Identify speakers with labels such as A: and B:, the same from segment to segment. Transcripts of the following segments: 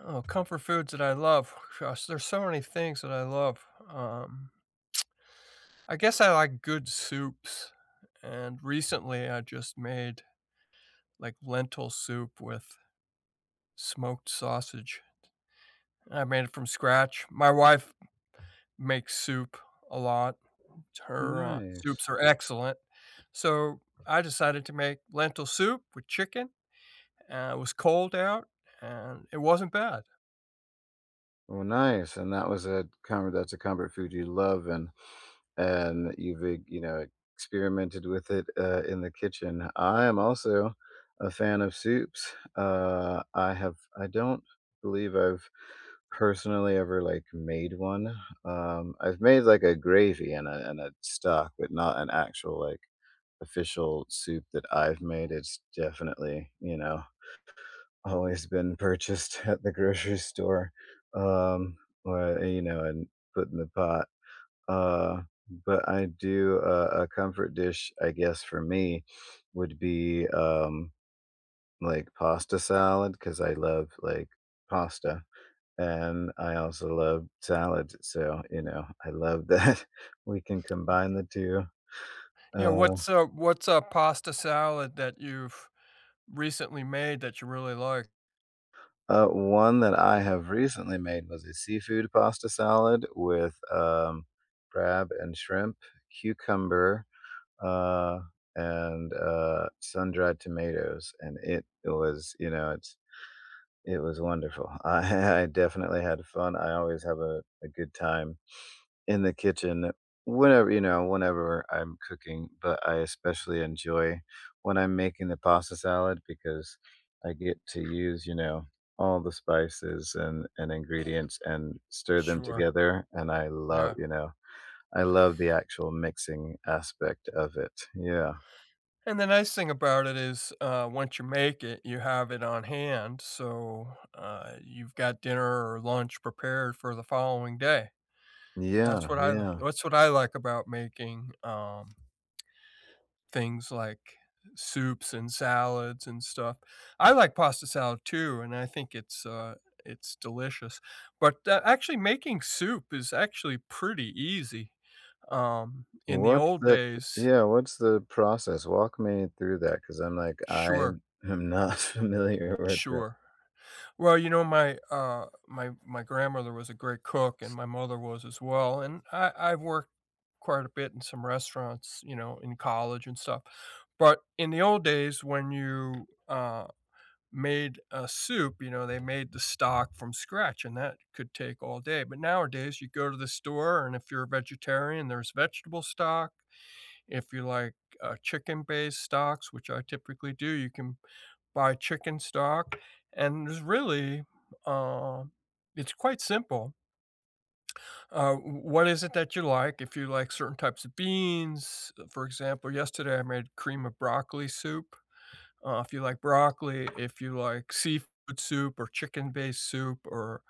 A: Oh, comfort foods that I love. Gosh, there's so many things that I love. I guess I like good soups, and recently I just made like lentil soup with smoked sausage. I made it from scratch. My wife makes soup a lot. Her
B: Nice.
A: soups are excellent. So I decided to make lentil soup with chicken. It was cold out, and it wasn't bad.
B: Well, nice. And that was a com that's a comfort food you love, and you've, e you know, experimented with it, in the kitchen. I am also a fan of soups. I have I don't believe I've personally ever, like, made one. I've made, like, a gravy and a stock, but not an actual, like, official soup that I've made. It's definitely, you know, always been purchased at the grocery store, um, or, you know, and put in the pot, uh, but I do a comfort dish, I guess, for me would be, like, pasta salad because I love, like, pasta, and I also love salad, so, you know, I love that we can combine the 2,
A: Yeah,
B: uh
A: what's a pasta salad that you've recently made that you really like?
B: One that I have recently made was a seafood pasta salad with crab and shrimp, cucumber, uh, and sun-dried tomatoes, and it was, you know, it was wonderful. I definitely had fun. I always have a good time in the kitchen whenever, you know, whenever I'm cooking, but I especially enjoy when I'm making the pasta salad because I get to use, you know, all the spices and ingredients and stir them
A: Sure,
B: together. And I love,
A: yeah.
B: you know, I love the actual mixing aspect of it. Yeah.
A: And the nice thing about it is, once you make it, you have it on hand, so, you've got dinner or lunch prepared for the following day.
B: Yeah. Yeah.
A: That's what I like about making, things like soups and salads and stuff. I like pasta salad too, and I think it's delicious. But, actually making soup is actually pretty easy. In the
B: What's
A: old
B: the,
A: days.
B: yeah, what's the process? Walk me through that because I'm like, I
A: Sure,
B: am not familiar with it.
A: sure. Well, you know, my grandmother was a great cook and my mother was as well. And I've worked quite a bit in some restaurants, you know, in college and stuff. But in the old days when you made a soup, you know, they made the stock from scratch and that could take all day. But nowadays you go to the store, and if you're a vegetarian, there's vegetable stock. If you like chicken based stocks, which I typically do, you can buy chicken stock, and there's really, um it's quite simple. Uh, what is it that you like? If you like certain types of beans, for example, yesterday I made cream of broccoli soup. If you like broccoli, if you like seafood soup or chicken-based soup, or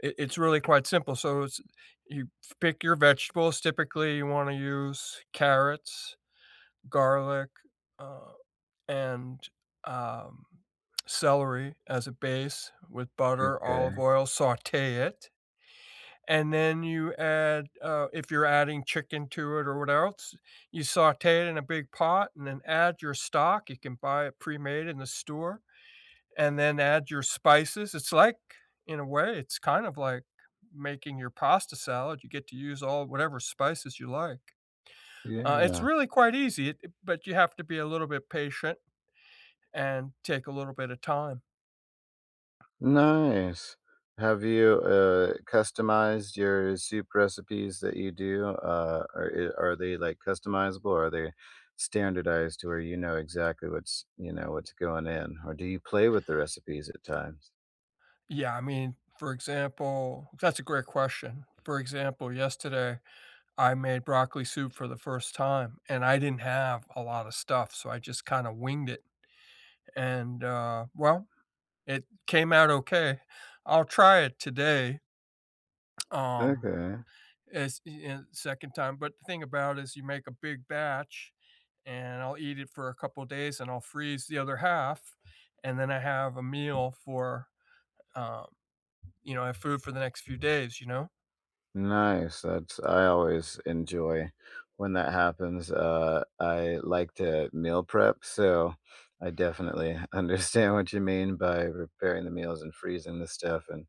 A: it's really quite simple. So it's, you pick your vegetables, typically you wanna use carrots, garlic, uh and, um, celery as a base with butter, olive
B: Okay.
A: oil, saute it, and then you add, if you're adding chicken to it or what else, you saute it in a big pot and then add your stock, you can buy it pre-made in the store, and then add your spices. It's like, in a way, it's kind of like making your pasta salad, you get to use all whatever spices you like. It's
B: Yeah.
A: really quite easy, it but you have to be a little bit patient and take a little bit of time.
B: Nice. Have you, customized your soup recipes that you do? Are I are they, like, customizable, or are they standardized to where you know exactly what's you know, what's going in? Or do you play with the recipes at times?
A: Yeah, I mean, for example, that's a great question. For example, yesterday, I made broccoli soup for the first time, and I didn't have a lot of stuff, so I just kinda winged it, and, well, it came out okay. I'll try it today, um,
B: Okay.
A: as I 2nd time, but the thing about it is you make a big batch, and I'll eat it for a couple of days, and I'll freeze the other half, and then I have a meal uh you know, I have food for the next few days, you know?
B: Nice, that's I always enjoy when that happens. I like to meal prep, so I definitely understand what you mean by preparing the meals and freezing the stuff and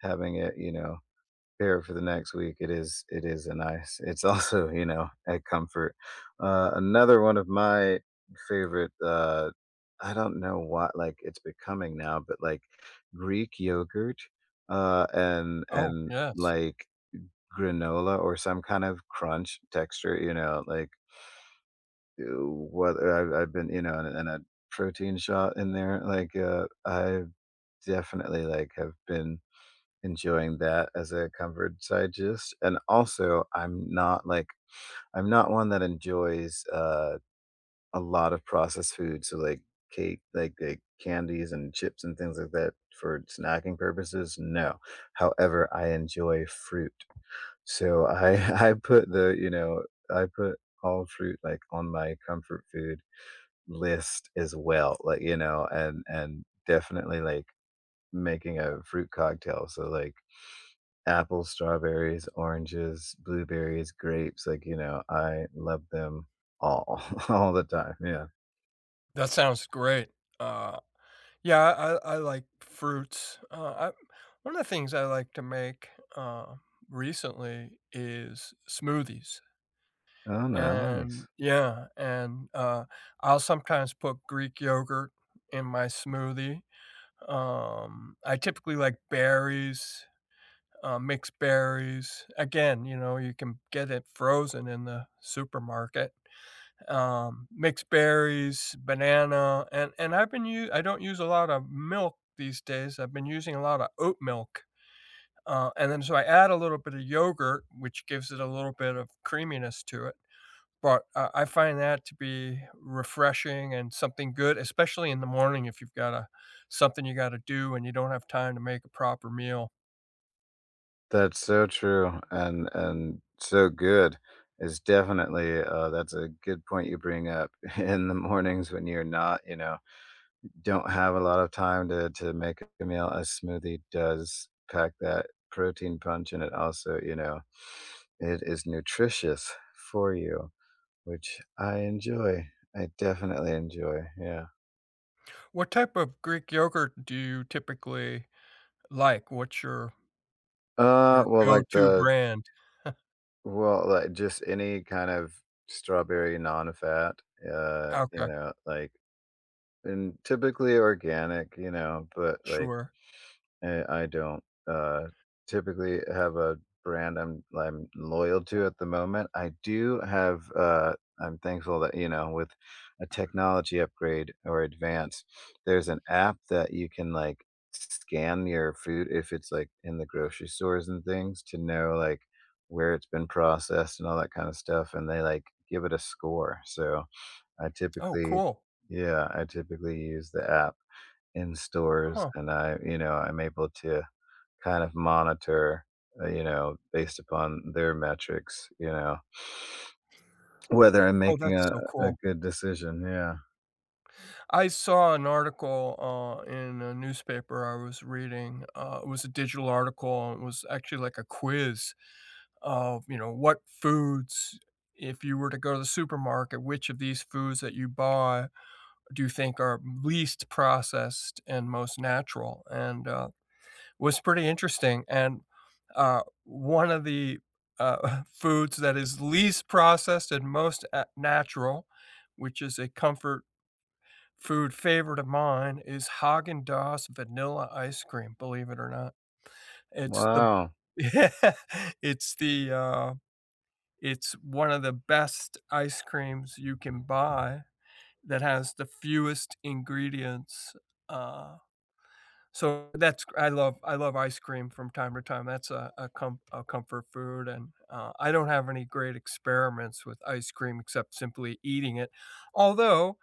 B: having it, prepare for the next week. It is a nice. It's also, you know, a comfort. Another one of my favorite I don't know what it's becoming now, but like Greek yogurt
A: Oh,
B: and
A: yes.
B: like granola or some kind of crunch texture, you know, like whether I've been, you know, and a protein shot in there. Like I definitely like have been enjoying that as a covered side dish, and also, I'm not, I'm not one that enjoys, a lot of processed food, so, like, cake, candies and chips and things like that for snacking purposes, no. However, I enjoy fruit, so I I put the you know, I put all fruit, like, on my comfort food list as well, like, you know, and definitely, like, making a fruit cocktail, so, like, apples, strawberries, oranges, blueberries, grapes, like, you know, I love them all, all the time, yeah.
A: That sounds great. Uh, yeah, I like fruits. I one of the things I like to make, uh, recently, is smoothies,
B: Oh,
A: and
B: nice.
A: yeah, and, I'll sometimes put Greek yogurt in my smoothie. I typically like berries, mixed berries. Again, you know, you can get it frozen in the supermarket. Mixed berries, banana, and I've been u I don't use a lot of milk these days, I've been using a lot of oat milk, and then so I add a little bit of yogurt, which gives it a little bit of creaminess to it, but I find that to be refreshing and something good, especially in the morning if you've got a something you gotta do and you don't have time to make a proper meal.
B: That's so true and so good. It's definitely, that's a good point you bring up in the mornings when you're not, you know, don't have a lot of time to make a meal, a smoothie does pack that protein punch, and it also, you know, it is nutritious for you. Which I enjoy. I definitely enjoy, yeah.
A: What type of Greek yogurt do you typically like? What's
B: Uh,
A: your
B: well, like
A: go-to
B: the
A: brand?
B: well, like just any kind of strawberry non-fat, you
A: Okay,
B: know, like and typically organic, you know, but like
A: sure.
B: I don't, typically have a brand I'm loyal to at the moment. I do have, I'm thankful that, you know, with a technology upgrade or advance, there's an app that you can, like, scan your food if it's, like, in the grocery stores and things to know, like, where it's been processed and all that kinda stuff, and they, like, give it a score, so I
A: Oh,
B: typically
A: cool.
B: yeah, I typically use the app in stores,
A: Huh.
B: and I you know, I'm able to kind of monitor, you know, based upon their metrics, you know, whether I'm
A: Oh,
B: making
A: that's so
B: a
A: cool.
B: good decision. Yeah.
A: I saw an article, in a newspaper I was reading, it was a digital article, and it was actually like a quiz of, you know, what foods, if you were to go to the supermarket, which of these foods that you buy do you think are least processed and most natural? And, was pretty interesting, and, one of the, foods that is least processed and most a natural, which is a comfort food favorite of mine, is Häagen-Dazs vanilla ice cream, believe it or not. It's the
B: Wow.
A: yeah, it's the, it's one of the best ice creams you can buy that has the fewest ingredients, uh so that's, I love ice cream from time to time. That's a comfort food, and, I don't have any great experiments with ice cream except simply eating it. Although,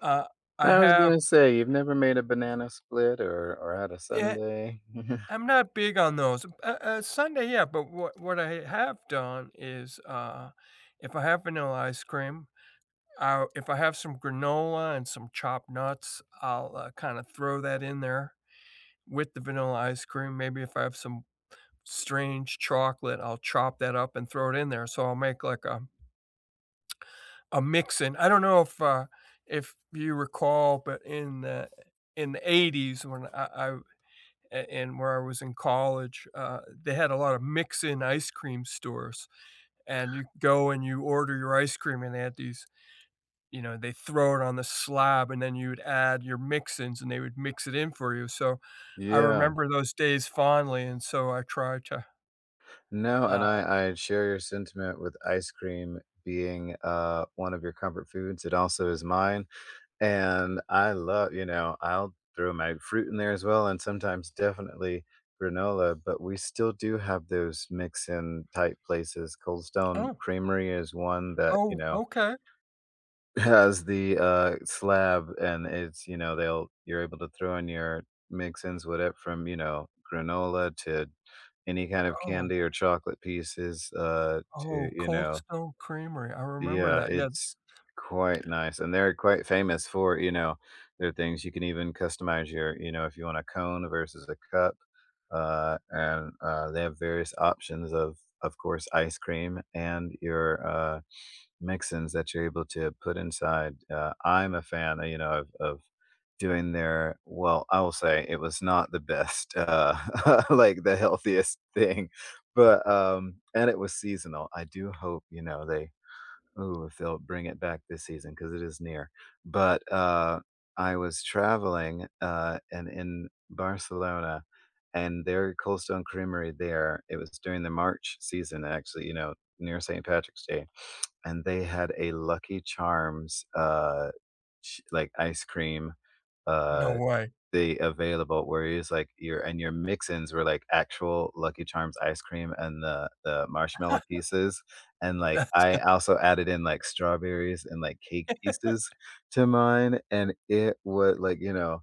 A: uh, I
B: I was
A: have,
B: gonna say you've never made a banana split or had a
A: yeah,
B: sundae.
A: I'm not big on those. Sundae, yeah, but what I have done is, if I have vanilla ice cream, I if I have some granola and some chopped nuts, I'll, kinda throw that in there with the vanilla ice cream. Maybe if I have some strange chocolate, I'll chop that up and throw it in there, so I'll make like a mixin'. I don't know if you recall, but in the '80s when I a and where I was in college, they had a lot of mix-in ice cream stores, and you go and you order your ice cream, and they had these, you know, they throw it on the slab, and then you would add your mix-ins, and they would mix it in for you. So I
B: Yeah.
A: remember those days fondly, and so I tried to,
B: No, and
A: uh
B: I share your sentiment with ice cream being one of your comfort foods. It also is mine. And I love, you know, I'll throw my fruit in there as well, and sometimes definitely granola, but we still do have those mix-in type places. Cold Stone
A: oh,
B: Creamery is one that, you
A: oh,
B: know,
A: okay.
B: has the, slab and it's, you know, they'll you're able to throw in your mix-ins with it, from, you know, granola to any kind of
A: Oh,
B: candy or chocolate pieces, to,
A: oh,
B: you
A: Cold
B: know,
A: Stone Creamery, I remember
B: yeah,
A: that, yeah,
B: it's quite nice, and they're quite famous for, you know, their things you can even customize your, you know, if you want a cone versus a cup, they have various options of course, ice cream and your, mix-ins that you're able to put inside. I'm a fan, you know, of doing their, well, I will say it was not the best, like, the healthiest thing, but, and it was seasonal. I do hope, you know, they ooh, if they'll bring it back this season, because it is near. But, I was traveling, and in Barcelona, and their Cold Stone Creamery there, it was during the March season, actually, you know, near St. Patrick's Day, and they had a Lucky Charms, ch like, ice cream,
A: no
B: uh
A: way.
B: they available, where it's like your, and your mix-ins were like actual Lucky Charms ice cream and the marshmallow pieces, and, like,
A: That's
B: I also added in, like, strawberries and, like, cake pieces to mine, and it would, like, you know,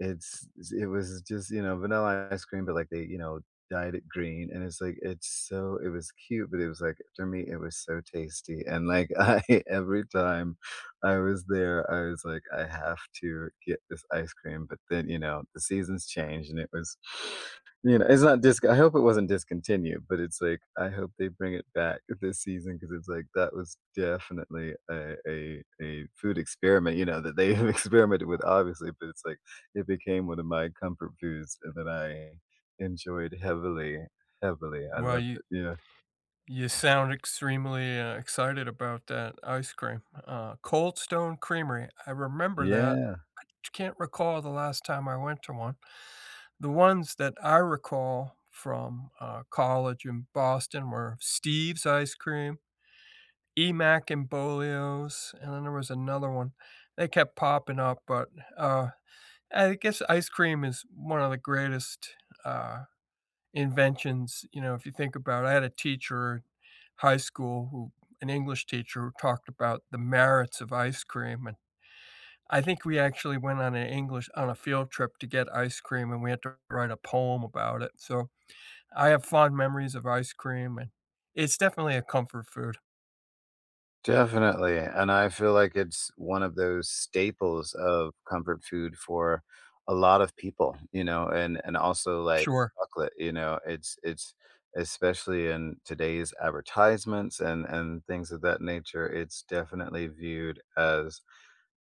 B: it's it was just, you know, vanilla ice cream, but, like, they, you know, dyed it green, and it's like, it's so it was cute, but it was like, for me, it was so tasty, and, like, I every time I was there, I was like, "I have to get this ice cream," but then, you know, the seasons changed, and it was you know, it's not dis I hope it wasn't discontinued, but it's like, I hope they bring it back this season because it's like, that was definitely a food experiment, you know, that they have experimented with, obviously, but it's like, it became one of my comfort foods that I enjoyed heavily, heavily. I
A: well,
B: loved
A: you
B: it. Yeah.
A: you sound extremely, excited about that ice cream. Cold Stone Creamery, I remember that,
B: Yeah.
A: can't recall the last time I went to one. The ones that I recall from, college in Boston were Steve's Ice Cream, Emac and Bolio's, and then there was another one. They kept popping up, uh I guess ice cream is one of the greatest, uh, inventions, you know, if you think about it. I had a teacher in high school who an English teacher who talked about the merits of ice cream, and I think we actually went on an English on a field trip to get ice cream, and we had to write a poem about it, so I have fond memories of ice cream, and it's definitely a comfort food.
B: Definitely, and I feel like it's one of those staples of comfort food for a lot of people, you know, and also, like,
A: Sure.
B: chocolate, you know, it's especially in today's advertisements and things of that nature, it's definitely viewed as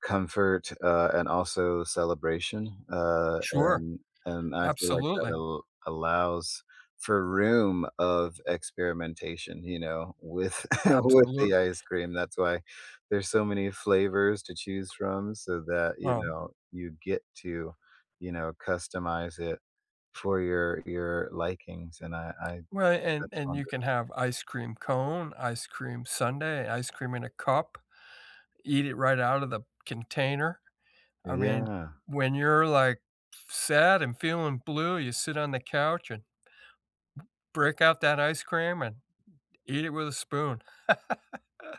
B: comfort, and also celebration,
A: Sure.
B: and I feel like that
A: Absolutely.
B: al allows for room of experimentation, you know, with with
A: Absolutely.
B: the ice cream. That's why there's so many flavors to choose from so that, you
A: Oh.
B: know, you get to, you know, customize it for your likings, and I
A: Right,
B: that's
A: and you
B: wonderful.
A: can have ice cream cone, ice cream sundae, ice cream in a cup, eat it right out of the container. I mean,
B: Yeah.
A: when you're, like, sad and feeling blue, you sit on the couch and break out that ice cream and eat it with a spoon.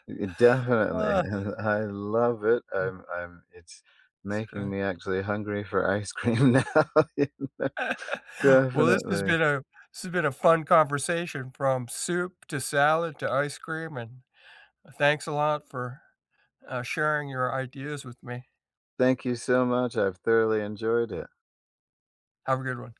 B: It definitely,
A: Ah,
B: and I love it.
A: mm,
B: I'm it's
A: it's
B: making
A: great.
B: me actually hungry for ice cream now, you know?
A: Well, this has
B: Definitely.
A: been a fun conversation from soup to salad to ice cream, and thanks a lot for, sharing your ideas with me.
B: Thank you so much, I've thoroughly enjoyed it.
A: Have a good one.